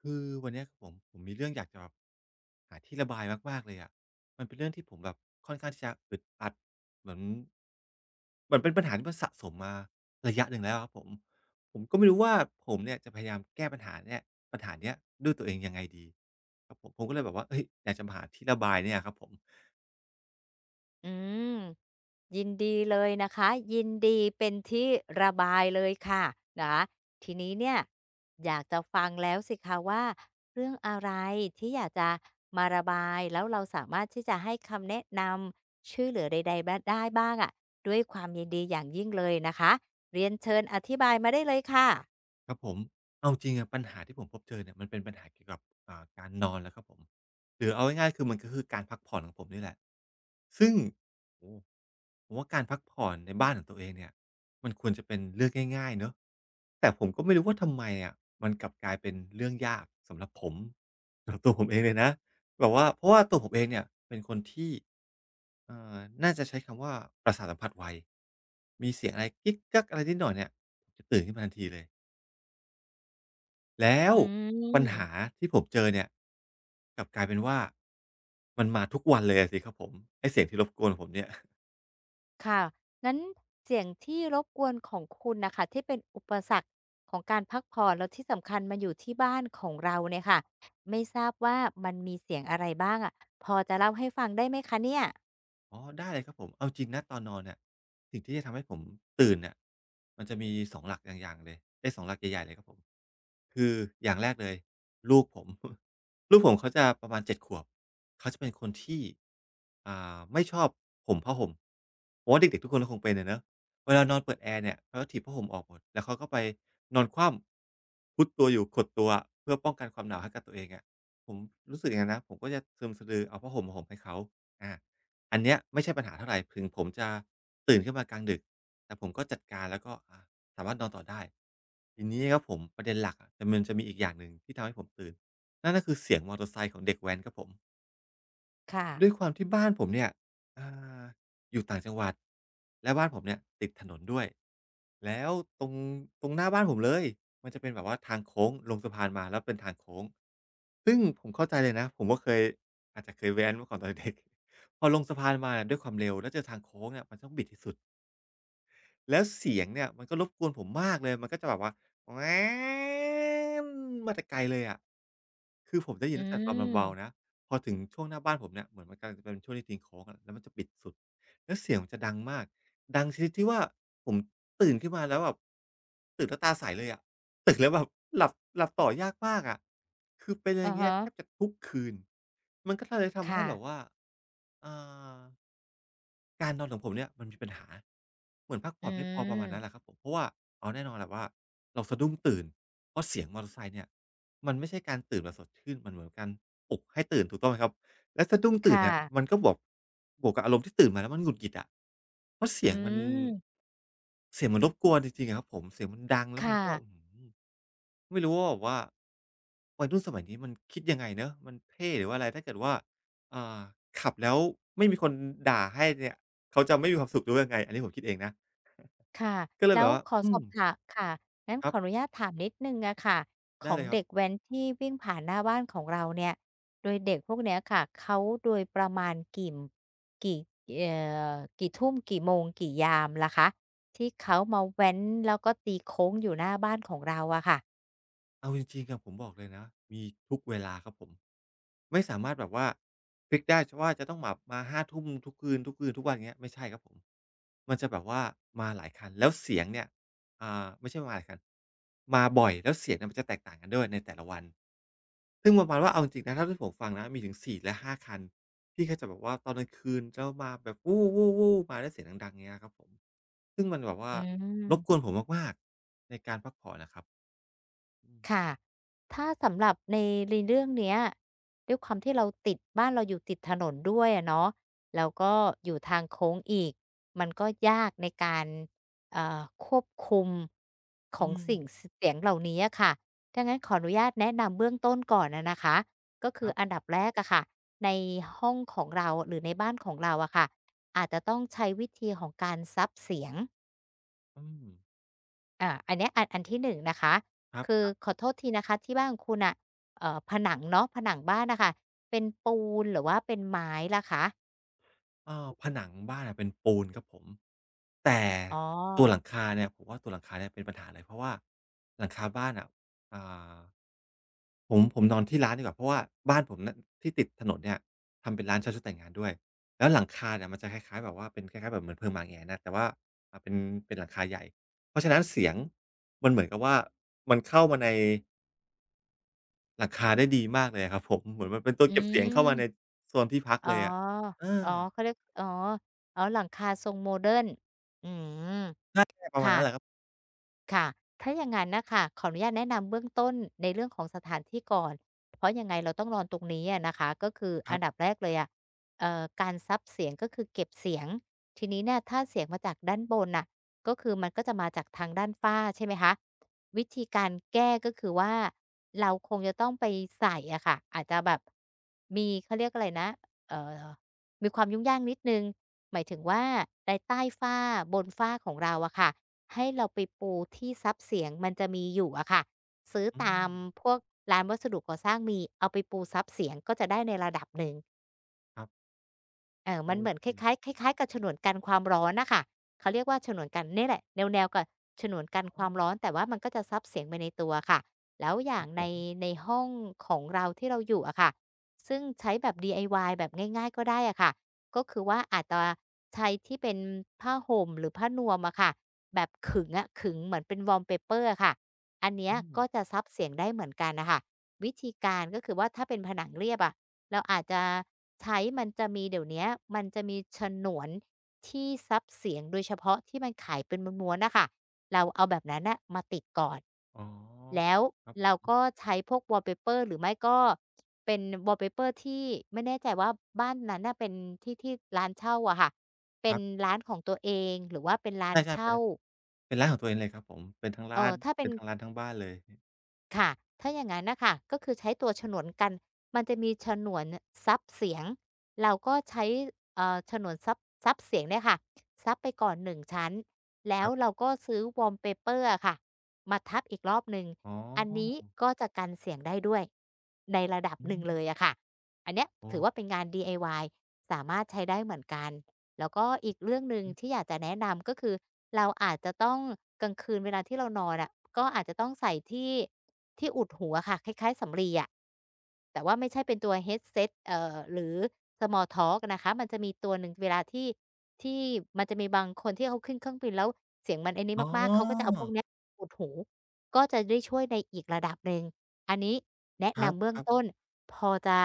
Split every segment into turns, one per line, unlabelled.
คือวันเนี้ยครับผมมีเรื่องอยากจะแบบหาที่ระบายมากๆเลยอะมันเป็นเรื่องที่ผมแบบค่อนข้างที่จะอึดอัดเหมือนเหมือนเป็นปัญหาที่มันสะสมมาระยะหนึ่งแล้วครับผมผมก็ไม่รู้ว่าผมเนี่ยจะพยายามแก้ปัญหาเนี้ยด้วยตัวเองยังไงดีครับผมก็เลยแบบว่าเฮ้ยอยากจะมาหาที่ระบายเนี่ยครับผม
อืมยินดีเลยนะคะยินดีเป็นที่ระบายเลยค่ะนะคะทีนี้เนี่ยอยากจะฟังแล้วสิคะว่าเรื่องอะไรที่อยากจะมาระบายแล้วเราสามารถที่จะให้คำแนะนำช่วยเหลือใดๆบได้บ้างอะะด้วยความยินดีอย่างยิ่งเลยนะคะเรียนเชิญอธิบายมาได้เลยค่ะ
ครับผมเอาจริงอะปัญหาที่ผมพบเจอเนี่ยมันเป็นปัญหาเกี่ยวกับการนอนแล้วครับผมหรือเอาง่ายๆคือมันก็คือการพักผ่อนของผมนี่แหละซึ่งโอ้โฮผมว่าการพักผ่อนในบ้านของตัวเองเนี่ยมันควรจะเป็นเรื่องง่ายๆเนาะแต่ผมก็ไม่รู้ว่าทำไมอะมันกลับกลายเป็นเรื่องยากสำหรับผม สำหรับตัวผมเองเลยนะแบบว่าเพราะว่าตัวผมเองเนี่ยเป็นคนที่เอ่อน่าจะใช้คำว่าประสาทสัมผัสไวมีเสียงอะไรกิ๊กกักอะไรนิดหน่อยเนี่ยจะตื่นขึ้นมาทันทีเลย แล้ว
อื
ปัญหา
ม
ที่ผมเจอเนี่ยกลับกลายเป็นว่ามันมาทุกวันเลยอะสิครับผมไอ้เสียงที่รบกวนผมเนี่ย
ค่ะ งั้นเสียงที่รบกวนของคุณน่ะค่ะที่เป็นอุปสรรคของการพักผ่อนแล้วที่สำคัญมันอยู่ที่บ้านของเราเนี่ยค่ะไม่ทราบว่ามันมีเสียงอะไรบ้างอะพอจะเล่าให้ฟังได้ไหมคะเนี่ย
อ๋อได้เลยครับผมเอาจริงนะตอนนอนเนี่ยสิ่งที่จะทำให้ผมตื่นเนี่ยมันจะมีสองหลักอย่างๆเลยเอ๊ยสองหลักใหญ่ๆเลยครับผมคืออย่างแรกเลยลูกผม ลูกผมเขาจะประมาณ7ขวบเขาจะเป็นคนที่ไม่ชอบห่มผ้าห่มผมว่าเด็กๆทุกคนก็คงเป็นอะเนาะเวลานอนเปิดแอร์เนี่ยเขาจะถีบผ้าห่มออกหมดแล้วเขาก็ไปนอนคว่ำคุดตัวอยู่ขดตัวเพื่อป้องกันความหนาวให้กับตัวเองอะผมรู้สึกอย่างงั้นนะผมก็จะสะลึมสะลือเอาผ้าห่มมาห่มให้เขาอา อันเนี้ยไม่ใช่ปัญหาเท่าไรถึงผมจะตื่นขึ้นมากลางดึกแต่ผมก็จัดการแล้วก็สามารถนอนต่อได้ทีนี้ครับผมประเด็นหลักอะแต่มันจะมีอีกอย่างหนึ่งที่ทำให้ผมตื่นนั่นก็คือเสียงมอเตอร์ไซค์ของเด็กแว้นครับผม
ค่ะ
ด้วยความที่บ้านผมเนี่ยอ่าอยู่ต่างจังหวัดและบ้านผมเนี่ยติดถนนด้วยแล้วตรงตรงหน้าบ้านผมเลยมันจะเป็นแบบว่าทางโค้งลงสะพานมาแล้วเป็นทางโค้ง ซึ่งผมเข้าใจเลยนะผมก็เคยอาจจะเคยแว้นมาก่อนตอน เด็กพอลงสะพานมาเนี่ยด้วยความเร็วแล้วเจอทางโค้งเนี่ยมันต้องบิดที่สุด แล้วเสียงเนี่ยมันก็รบกวนผมมากเลยมันก็จะแบบว่าแว้นมาแต่ไกลเลยอะคือผมได้ยิ
อื
นตั้งแต่ตอน
ม
เบาๆนะพอถึงช่วงหน้าบ้านผมเนี่ยเหมือนมันกำลังจะเป็นช่วงที่ทิ้งโค้งอะแล้วมันจะปิดสุดแล้วเสียงมันจะดังมากดังชนิดที่ว่าผมตื่นขึ้นมาแล้วแบบตื่นแล้วตาใสเลยอะตื่นแล้วแบบหลับหลับต่อยากมากอะคือเป็นอ
อะ
ย่างเงี้ย
ฮะ
แทบจะทุกคืนมันก็เลยทำให้
ค่ะ
แบบว่าอ่า การนอนของผมเนี่ยมันมีปัญหาเหมือนพัก
อื
ผ่อนไม่พอประ
ม
มาณนั้นแหละครับผมเพราะว่าอ๋อแน่นอนแหละว่าเราสะดุ้งตื่นเพราะเสียงมอเตอร์ไซค์เนี่ยมันไม่ใช่การตื่นแบบสดชื่นมันเหมือนการปลุกให้ตื่นถูกต้องไหมครับและสะดุ้ง
ค
ตื่นเนี่ยมัน
่ะ
ก็บวกกับอารมณ์ที่ตื่นมาแล้วมันหงุดหงิดอะเพราะเสี
อื
ยงมัน
ม
รบกวนจริงๆอะครับผมเสียงมันดังแล้
ค
วมันก็อื้
่ะ
อฮือไม่รู้ว่าแบบว่าวัยรุ่นสมัยนี้มันคิดยังไงเนาะมันเท่หรือว่าอะไรถ้าเกิดว่าอ่าขับแล้วไม่มีคนด่าให้เนี่ย เขาจะไม่มีความสุขหรือวยังไง อันนี้ผมคิดเองนะ
ค่ะ
ก็เลย
แล้
แบ
ว
บว่า
ขอ
อื
สอ
ม
บถามค่ะงั้น
ค
ข
รั
อ
บ
อนุญาตถามนิดหนึ่งอะค่ะข
ได้
อง
เลยครับ
เด็กแว้นที่วิ่งผ่านหน้าบ้านของเราเนี่ยโดยเด็กพวกเนี้ยค่ะเขาโดยประมาณกี่กี่เอ่กี่ทุ่มกี่โมงกี่ยามล่ะคะที่เขามาแว้นแล้วก็ตีโค้งอยู่หน้าบ้านของเราอะค่ะ
เอาจริงๆอะผมบอกเลยนะ มีทุกเวลาครับผม ไม่สามารถแบบว่าฟิกซ์ได้ชว่าจะต้องแบบมา 5 ทุ่มทุกคืนๆทุกวันอย่างเงี้ยไม่ใช่ครับผม มันจะแบบว่ามาหลายคันแล้วเสียงเนี่ย ไม่ใช่มาหลายคันมาบ่อยแล้วเสียงเนี่ยมันจะแตกต่างกันด้วยในแต่ละวันซึ่งประมาณว่าเอาจริงๆนะเท่าที่ผมฟังนะมีถึง4 และ 5 คันที่เขาจะแบบว่าตอนกลางคืนแล้วมาแบบวู้ๆๆมาด้วยเสียงดังๆเงี้ยครับผม ซึ่งมันแบบว่า
อื
รบกวน
ม
ผมมากๆในการพักผ่อนอะครับอื
ค่ะ
ม
ถ้าสำหรับในเรื่องเนี้ยด้วยความที่เราติดบ้านเราอยู่ติดถนนด้วยอะเนาะแล้วก็อยู่ทางโค้งอีก มันก็ยากในการเอ่อควบคุมข
อื
อง
ม
สิ่งสเสียงเหล่านี้อะค่ะดังนั้นขออนุญาตแนะนำเบื้องต้นก่อนอะนะคะก็คื
ค
อ
รั
อัน
บ
ดับแรกอะค่ะในห้องของเราหรือในบ้านของเราอะค่ะอาจจะต้องใช้วิธีของการซับเสียง
อืม
อาอันเนี้ยอันที่หนงนะคะ คือ
ครั
ข
บ
อโทษทีนะคะที่บ้านของคุณอ่ะผนังเนาะผนังบ้านน่ะค่ะเป็นปูนหรือว่าเป็นไม้ล่ะคะ
ๆเออผนังบ้านอะเป็นปูนครับผม แต่
อ๋อ
ตัวหลังคาเนี่ยผมว่าตัวหลังคาเนี่ยเป็นปัญหาเลยเพราะว่าหลังคาบ้านอะอ่าผมนอนที่ร้านดีกว่าเพราะว่าบ้านผมเนี่ยที่ติดถนนเนี่ยทำเป็นร้านเช่าชุดแต่งงานด้วยแล้วหลังคาเนี่ยมันจะคล้ายๆแบบว่าเป็นคล้ายๆแบบเหมือนเพิงหมาแหงนน่ะแต่ว่าเป็นหลังคาใหญ่เพราะฉะนั้นเสียงมันเหมือนกับว่ามันเข้ามาในหลังคาได้ดีมากเลยอะครับผมเหมือนมันเป็นตัว
อื
เก็บเสียงเข้ามาใน
ม
โซนที่พัก
อ๋อ
เลยอะเอ
อ๋อ
อ
เขาเรียกอ๋ออ๋อหลังคาทรงโมเดิร์นอืม
ใช่ประมาณ
ค่ะ
นั้นแหละครับ
ค่ะถ้าอย่างนั้นนะคะขออนุญาตแนะนำเบื้องต้นในเรื่องของสถานที่ก่อนเพราะยังไงเราต้องนอนตรงนี้อะนะคะก็คือ
ค
อั
รั
น
บ
ดับแรกเลยอะการซับเสียงก็คือเก็บเสียง ทีนี้เนี่ยถ้าเสียงมาจากด้านบนน่ะก็คือมันก็จะมาจากทางด้านฝ้าใช่ไหมคะวิธีการแก้ก็คือว่าเราคงจะต้องไปใส่อะค่ะอาจจะแบบมีเขาเรียกอะไรนะเอ่อมีความยุ่งยากนิดนึง หมายถึงว่าในใต้ฝ้าบนฝ้าของเราอะค่ะ ให้เราไปปูที่ซับเสียงมันจะมีอยู่อะค่ะซื้อ
อื
ตา
ม
มพวกร้านวัสดุก่อสร้างมีเอาไปปูซับเสียงก็จะได้ในระดับหนึ่ง
ครับ
เออ
โอ
มันเหมือน
เค
คล้ายๆคล้ายๆกับฉนวนกันความร้อนน่ะค่ะเขาเรียกว่าฉนวนกันนี่แหละแนวๆกับฉนวน
อ
กันค
๋
วา
อ
มร้อนแต่ว่ามันก็จะซับเสียงไปในตัวค่ะแล้วอ
ค
ย่า
รั
ง
บผ
ใน
ม
ห้องของเราที่เราอยู่อะค่ะซึ่งใช้แบบ DIY แบบง่ายๆก็ได้อะค่ะก็คือว่าอาจจะใช้ที่เป็นผ้าห่มหรือผ้านวมอะค่ะแบบขึงอะขึงเหมือนเป็น wallpaper อะค่ะอันเนี้ย
อืม
ก็จะซับเสียงได้เหมือนกันน่ะค่ะวิธีการก็คือว่าถ้าเป็นผนังเรียบอะ เราอาจจะใช้มันจะมีเดี๋ยวเนี้ยมันจะมีฉนวนที่ซับเสียงโดยเฉพาะที่มันขายเป็นม้วนๆนะคะเราเอาแบบนั้นน่ะมาติดก่อน
อ๋อ
แล้ว
ครับ
เราก็ใช้พวก wallpaper หรือไม่ก็เป็น wallpaper ที่ไม่แน่ใจว่าบ้านนั้นน่ะเป็นที่ที่ร้านเช่าอะค่ะ
ค
เป็น
รับ
ร้านของตัวเองหรือว่าเป็นร้าน
ใช่ๆเป็
เช่า
นร้านของตัวเองเลยครับผมเป็นทั้ง
เอ
ร้า
อ
น
ถ้าเป็
เป็
น
นทั้งร้านทั้งบ้านเลย
ค่ะถ้าอย่างนั้นนะคะก็คือใช้ตัวฉนวนกัน มันจะมีฉนวนซับเสียง เราก็ใช้ฉนวนซับเสียงเนี่ยค่ะซับไปก่อน1ชั้น แล้
ค
ว
รับ
เราก็ซื้อ wallpaper อะค่ะ มาทับอีกรอบหนึ่ง
อ๋อ
อันนี้ก็จะกันเสียงได้ด้วย ในระดับ
อื
หนึ่ง
ม
เลยอะค่ะอันเนี้ย
อ๋อ
ถือว่าเป็นงาน DIY สามารถใช้ได้เหมือนกัน แล้วก็อีกเรื่องหนึ่งที่อยากจะแนะนำก็คือเราอาจจะต้องกลางคืนเวลาที่เรานอนอะก็อาจจะต้องใส่ที่อุดหูอะค่ะคล้ายๆสำลีอะแต่ว่าไม่ใช่เป็นตัว headset หรือ small talk นะคะมันจะมีตัวหนึ่งเวลาที่ที่มันจะมีบางคนที่เขาขึ้นเครื่องบินแล้วเสียงมันไอ้นี้
อ๋
มากๆเขาก็จะ
อ
เอาพวกเนี้ยอุดหูก็จะได้ช่วยในอีกระดับหนึ่งอันนี้แนะ
คร
นำเบื้อง
ับ
ต้น
ๆ
พอจะ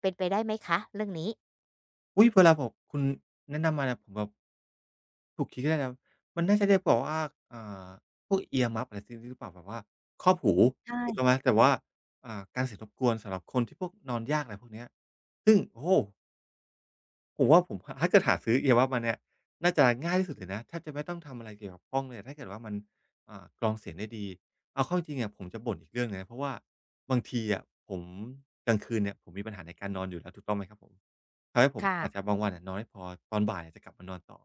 เป็นไปได้ไหมคะเรื่องนี้
อุ๊ยเวลาแบบคุณแนะนำมาเนี่ยผมแบบถูกคิดได้แล้วมันน่าจะเรียกแบบว่าอ่าพวก earmuff อะไรซินี้หรือเปล่าแบบว่าครอบหูถูกต้องไหม
ใช่
แต่ว่ากันเสียงรบกวนสำหรับคนที่พวกนอนยากอะไรพวกเนี้ยซึ่งโอ้โฮ ผมว่าผมถ้าเกิดหาซื้อเ a r b u มาเนี่ยน่าจะง่ายที่สุดเลยนะแทบจะไม่ต้องทำอะไรเกี่ยวกับกล้องเลยถ้าเกิดว่ามันกรองเสียงได้ดีเอาเข้าจริงๆ่ะผมจะบ่นอีกเรื่องหนึ่งนะเพราะว่าบางทีอะผมกลางคืนเนี่ยผมมีปัญหาในการนอนอยู่แล้วถูกต้องไหมครับผมทำให้ผมอาจจะ
ค่ะ
บางวันอะนอนไม่พอตอนบ่ายจะกลับมานอนต่อ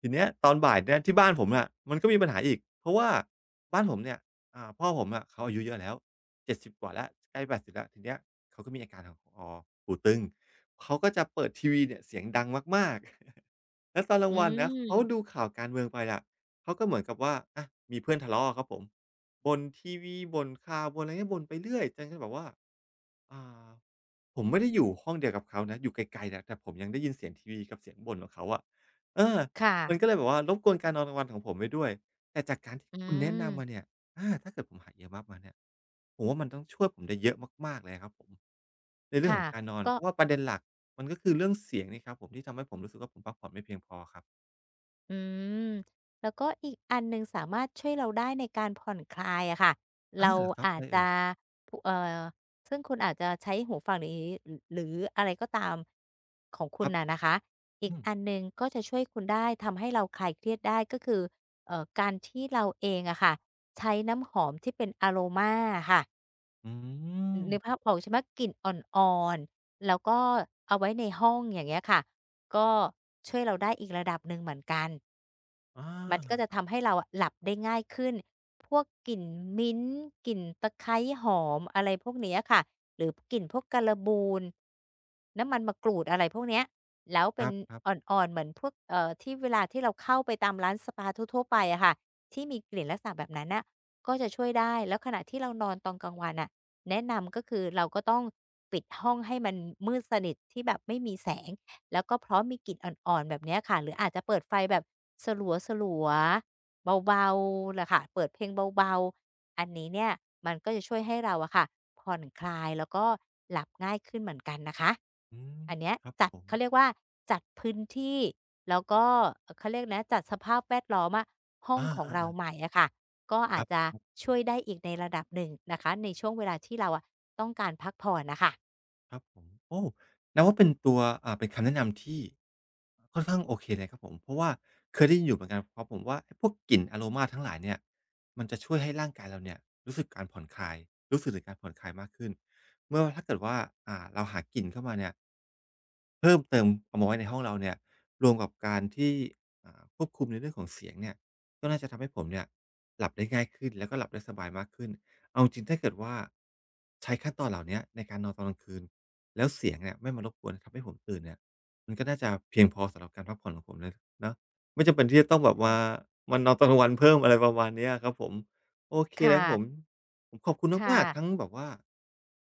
ทีเนี้ยตอนบ่ายเนี่ยที่บ้านผมอะมันก็มีปัญหาอีกเพราะว่าบ้านผมเนี่ยพ่อผมอะเขาอายุเยอะแล้ว70กว่าแล้วใกล้80แล้วทีเนี้ยเขาก็มีอาการของหูตึง เขาก็จะเปิดทีวีเนี่ยเสียงดังมากๆ แล้วตอนกลา
อื
งวันนะเขา
ม
ดูข่าวการเมืองไปละเขาก็เหมือนกับว่าอ่ะมีเพื่อนทะเลาะอครับผมบนทีวีบนข่าวบนอะไรเงี้ยบนไปเรื่อยจนกระทั่งแบบว่าอ่า ผมไม่ได้อยู่ห้องเดียวกับเขานะอยู่ไกลๆนะแต่ผมยังได้ยินเสียงทีวีกับเสียงบ่นของเขาอะเออ
ค่ะ
มันก็เลยแบบว่ารบกวนการนอนกลางวันของผมไปด้วยแต่จากการที่
อื
คุณแนะ
ม
นำมาเนี่ยถ้าเกิดผมหา earbud มาเนี่ยผมว่ามันต้องช่วยผมได้เยอะมากๆเลยครับผมในเรื่องข
ค่ะ
องการนอน
ก็
เพราะว่าประเด็นหลักมันก็คือเรื่องเสียงนี่ครับผมที่ทำให้ผมรู้สึกว่าผมพักผ่อนไม่เพียงพอครับ
อืมแล้วก็อีกอันหนึ่งสามารถช่วยเราได้ในการผ่อนคลายอะค่ะ
อา
เรา
เหรอครับ
อา
อะ
จ
ไรเอ่
จะ
ย
ผซึ่งคุณอาจจะใช้หูฟังหรืออะไรก็ตามของ
ค
คุณ
รับ
น่ะนะคะ อีก
อืม
อันหนึ่งก็จะช่วยคุณได้ทำให้เราคลายเครียดได้ก็คือการที่เราเองอะค่ะใช้น้ำหอมที่เป็นอะโลมาอะค่ะ
อื
นึกภา
ม
พออกใช่ไหมกลิ่นอ่อนๆแล้วก็เอาไว้ในห้องอย่างเงี้ยค่ะก็ช่วยเราได้อีกระดับหนึ่งเหมือนกัน
อา
มันก็จะทำให้เราอะหลับได้ง่ายขึ้น พวกกลิ่นมิ้นท์กลิ่นตะไคร้หอมอะไรพวกเนี้ยค่ะหรือกลิ่นพวกการบูนน้ำมันมะกรูดอะไรพวกเนี้ยแล้ว
ค
เป็น
รับๆ
อ่อนๆเหมือนพวกที่เวลาที่เราเข้าไปตามร้านสปาทั่วๆไปอะค่ะที่มีกลิ่นลักษณะแบบนั้นน่ะก็จะช่วยได้ แล้วขณะที่เรานอนตอนกลางวันน่ะแนะนำก็คือเราก็ต้องปิดห้องให้มันมืดสนิทที่แบบไม่มีแสง แล้วก็พร้อมมีกลิ่นอ่อนๆแบบเนี้ยค่ะหรืออาจจะเปิดไฟแบบสลัวๆเบาๆน่ะค่ะเปิดเพลงเบาๆอันนี้เนี่ยมันก็จะช่วยให้เราอะค่ะผ่อนคลายแล้วก็หลับง่ายขึ้นเหมือนกันนะคะ
อืม
อันเนี้ย
ครับ
จัด
ผม
เขาเรียกว่าจัดพื้นที่แล้วก็เอ่อเขาเรียกนะจัดสภาพแวดล้อมอะห้องของ
อา
เราใหม่อะค่ะก็
ๆค
อาจ
รับ
จะช่วยได้อีกในระดับหนึ่งนะคะในช่วงเวลาที่เราอะต้องการพักผ่อนน่ะค่ะ
ครับผมโอ้นับว่าเป็นตัวเป็นคำแนะนำที่ค่อนข้างโอเคเลยครับผมเพราะว่าเคยได้ยินอยู่เหมือนกันครับผมว่าไอ้พวกกลิ่นอะโรมาทั้งหลายเนี่ยมันจะช่วยให้ร่างกายเราเนี่ยรู้สึกการผ่อนคลายรู้สึกถึงการผ่อนคลายมากขึ้นเมื่อถ้าเกิดว่าเราหากลิ่นเข้ามาเนี่ยเพิ่มเติมเอามาไว้ในห้องเราเนี่ยรวมกับการที่ควบคุมในเรื่องของเสียงเนี่ยก็น่าจะทำให้ผมเนี่ยหลับได้ง่ายขึ้นแล้วก็หลับได้สบายมากขึ้นเอาจริงๆถ้าเกิดว่าใช้ขั้นตอนเหล่าเนี้ยในการนอนตอนกลางคืน แล้วเสียงเนี่ยไม่มารบกวนทำให้ผมตื่นเนี่ยมันก็น่าจะเพียงพอสำหรับการพักผ่อนของผมเลยเนาะไม่จำเป็นที่จะต้องแบบว่า
ใช่
มานอนตอนกลางวันเพิ่มอะไรประมาณเนี้ยครับผมโอเคเลย
ค่ะ
ครับผมผมขอบคุณ
ค่ะ
มากๆทั้งแบบว่า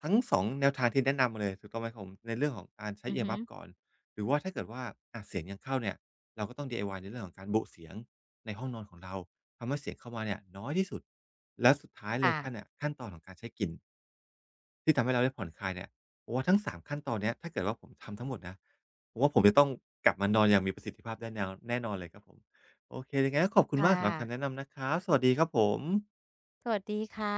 ทั้งสองแนวทางที่แนะนำมาเลยถูกต้องไหมครับผมในเรื่องของการใช้
อือ
e a r
ฮึ
m u f ก่อนหรือว่าถ้าเกิดว่าอะเสียงยังเข้าเนี่ยเราก็ต้อง DIY ในเรื่องของการโบะเสียงในห้องนอนของเราทำให้เสียงเข้ามาเนี่ยน้อยที่สุดและสุดท้ายเลย
ค่ะ
ขั้นเนี่ยขั้นตอนของการใช้กลิ่น ที่ทำให้เราได้ผ่อนคลายเนี่ยผมว่าทั้ง3ขั้นตอนเนี้ยถ้าเกิดว่าผมทำทั้งหมดนะผมว่าผมจะต้องกลับมานอนอย่างมีประสิทธิภาพได้แนวแน่นอนเลยครับผม โอเคยังไงก็ขอบคุณมาก
ค่ะ
สำหรับคำแนะนำนะครับ สวัสดีครับผม
สวัสดีค่ะ